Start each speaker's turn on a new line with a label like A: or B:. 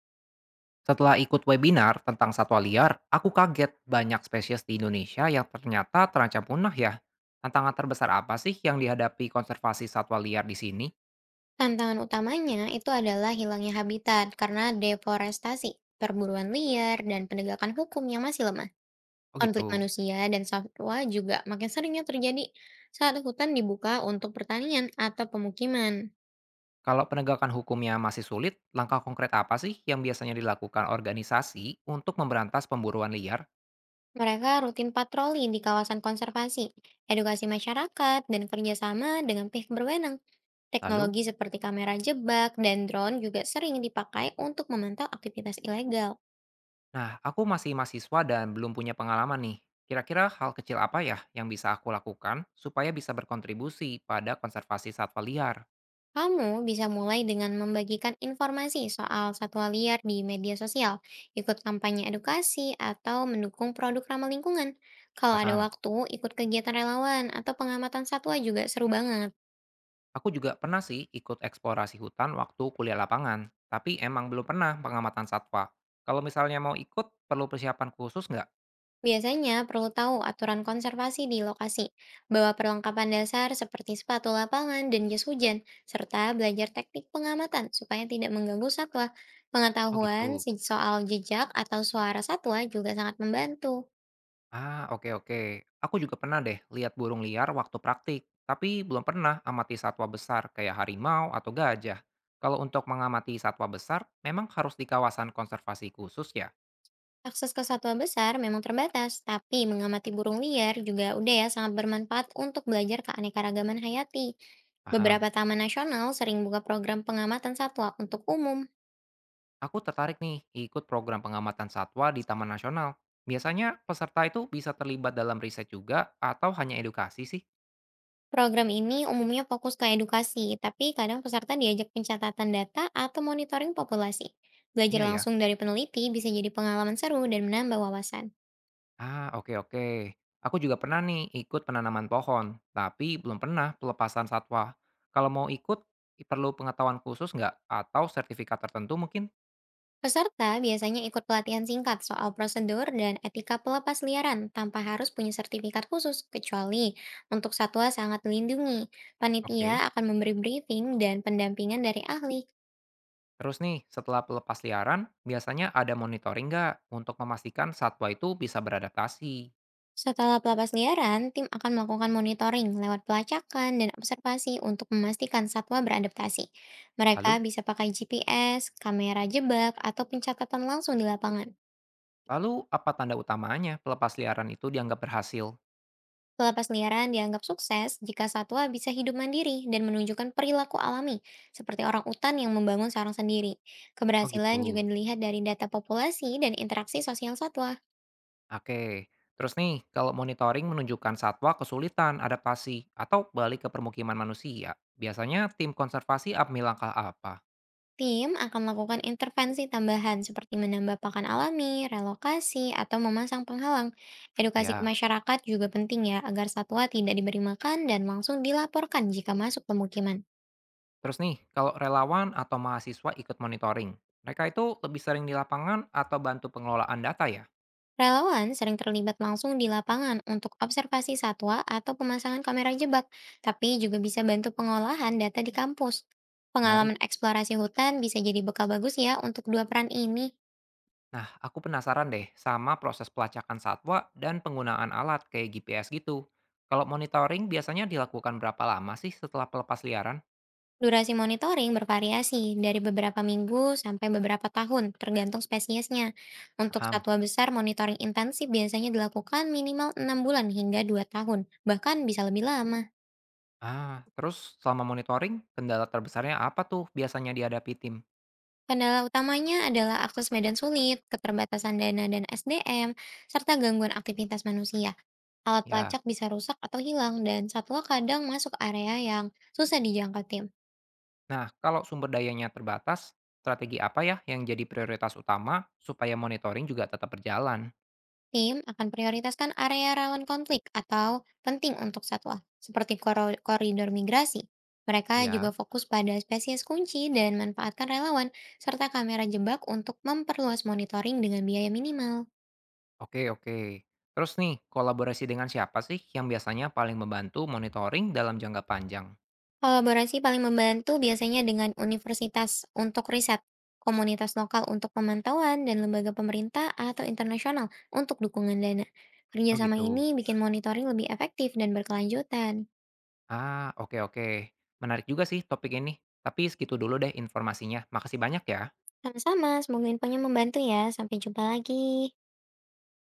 A: Setelah ikut webinar tentang satwa liar, aku kaget banyak spesies di Indonesia yang ternyata terancam punah ya. Tantangan terbesar apa sih yang dihadapi konservasi satwa liar di sini?
B: Tantangan utamanya itu adalah hilangnya habitat karena deforestasi, perburuan liar, dan penegakan hukum yang masih lemah.
A: Oh
B: Konflik
A: gitu.
B: manusia dan satwa juga makin seringnya terjadi saat hutan dibuka untuk pertanian atau pemukiman.
A: Kalau penegakan hukumnya masih sulit, langkah konkret apa sih yang biasanya dilakukan organisasi untuk memberantas pemburuan liar?
B: Mereka rutin patroli di kawasan konservasi, edukasi masyarakat, dan kerjasama dengan pihak berwenang.
A: Lalu,
B: Teknologi seperti kamera jebak dan drone juga sering dipakai untuk memantau aktivitas ilegal.
A: nah aku masih mahasiswa dan belum punya pengalaman nih. Kira-kira hal kecil apa ya yang bisa aku lakukan supaya bisa berkontribusi pada konservasi satwa liar?
B: Kamu bisa mulai dengan membagikan informasi soal satwa liar di media sosial, ikut kampanye edukasi, atau mendukung produk ramah lingkungan. Kalau ada
A: Paham?
B: waktu, ikut kegiatan relawan atau pengamatan satwa juga seru banget.
A: Aku juga pernah sih ikut eksplorasi hutan waktu kuliah lapangan, tapi emang belum pernah pengamatan satwa. Kalau misalnya mau ikut, perlu persiapan khusus nggak?
B: Biasanya perlu tahu aturan konservasi di lokasi, bawa perlengkapan dasar seperti sepatu lapangan dan jas hujan, serta belajar teknik pengamatan supaya tidak mengganggu satwa.
A: Oh
B: Pengetahuan
A: gitu.
B: soal jejak atau suara satwa juga sangat membantu.
A: Ah, oke oke. Aku juga pernah deh lihat burung liar waktu praktik, tapi belum pernah amati satwa besar kayak harimau atau gajah. Kalau untuk mengamati satwa besar, memang harus di kawasan konservasi khusus ya?
B: Akses ke satwa besar memang terbatas, tapi mengamati burung liar juga udah ya sangat bermanfaat untuk belajar keanekaragaman hayati. Beberapa
A: Paham.
B: taman nasional sering buka program pengamatan satwa untuk umum.
A: Aku tertarik nih ikut program pengamatan satwa di Taman Nasional. Biasanya peserta itu bisa terlibat dalam riset juga atau hanya edukasi sih?
B: Program ini umumnya fokus ke edukasi, tapi kadang peserta diajak pencatatan data atau monitoring populasi. Belajar
A: Iya ya.
B: langsung dari peneliti bisa jadi pengalaman seru dan menambah wawasan.
A: Ah, oke oke. Aku juga pernah nih ikut penanaman pohon, tapi belum pernah pelepasan satwa. Kalau mau ikut, perlu pengetahuan khusus nggak? Atau sertifikat tertentu mungkin?
B: Peserta biasanya ikut pelatihan singkat soal prosedur dan etika pelepas liaran tanpa harus punya sertifikat khusus, kecuali untuk satwa sangat dilindungi. Panitia
A: Oke.
B: akan memberi briefing dan pendampingan dari ahli.
A: Terus nih, setelah pelepas liaran, biasanya ada monitoring nggak untuk memastikan satwa itu bisa beradaptasi?
B: Setelah pelepas liaran, tim akan melakukan monitoring lewat pelacakan dan observasi untuk memastikan satwa beradaptasi. Mereka
A: Lalu?
B: bisa pakai GPS, kamera jebak, atau pencatatan langsung di lapangan.
A: Lalu apa tanda utamanya pelepas liaran itu dianggap berhasil?
B: Pelepas liaran dianggap sukses jika satwa bisa hidup mandiri dan menunjukkan perilaku alami, seperti orang utan yang membangun sarang sendiri.
A: Oh
B: Keberhasilan juga
A: gitu.
B: dilihat dari data populasi dan interaksi sosial satwa.
A: Oke, terus nih kalau monitoring menunjukkan satwa kesulitan adaptasi atau balik ke permukiman manusia, biasanya tim konservasi ambil langkah apa?
B: Tim akan melakukan intervensi tambahan seperti menambah pakan alami, relokasi, atau memasang penghalang. Edukasi ke
A: Ya,
B: masyarakat juga penting ya, agar satwa tidak diberi makan dan langsung dilaporkan jika masuk pemukiman.
A: terus nih kalau relawan atau mahasiswa ikut monitoring, mereka itu lebih sering di lapangan atau bantu pengelolaan data ya?
B: Relawan sering terlibat langsung di lapangan untuk observasi satwa atau pemasangan kamera jebak, tapi juga bisa bantu pengolahan data di kampus.
A: Menarik.
B: Pengalaman eksplorasi hutan bisa jadi bekal bagus ya untuk dua peran ini.
A: Nah, aku penasaran deh sama proses pelacakan satwa dan penggunaan alat kayak GPS gitu. Kalau monitoring biasanya dilakukan berapa lama sih setelah pelepas liaran?
B: Durasi monitoring bervariasi dari beberapa minggu sampai beberapa tahun, tergantung spesiesnya. Untuk
A: Paham.
B: satwa besar, monitoring intensif biasanya dilakukan minimal 6 bulan hingga 2 tahun, bahkan bisa lebih lama.
A: Ah, terus selama monitoring, kendala terbesarnya apa tuh biasanya dihadapi tim?
B: Kendala utamanya adalah akses medan sulit, keterbatasan dana dan SDM, serta gangguan aktivitas manusia. Alat
A: Ya.
B: pelacak bisa rusak atau hilang, dan satwa kadang masuk area yang susah dijangkau tim.
A: Nah, kalau sumber dayanya terbatas, strategi apa ya yang jadi prioritas utama supaya monitoring juga tetap berjalan?
B: Tim akan prioritaskan area rawan konflik atau penting untuk satwa, seperti koridor migrasi. Mereka juga
A: Ya.
B: fokus pada spesies kunci dan manfaatkan relawan, serta kamera jebak untuk memperluas monitoring dengan biaya minimal.
A: Oke, oke. Terus nih, kolaborasi dengan siapa sih yang biasanya paling membantu monitoring dalam jangka panjang?
B: Kolaborasi paling membantu biasanya dengan universitas untuk riset, komunitas lokal untuk pemantauan, dan lembaga pemerintah atau internasional untuk dukungan dana.
A: Oh
B: Kerjasama
A: gitu.
B: ini bikin monitoring lebih efektif dan berkelanjutan.
A: Ah, oke oke. Menarik juga sih topik ini. Tapi segitu dulu deh informasinya. Makasih banyak ya.
B: Sama-sama, semoga infonya membantu ya. Sampai jumpa lagi.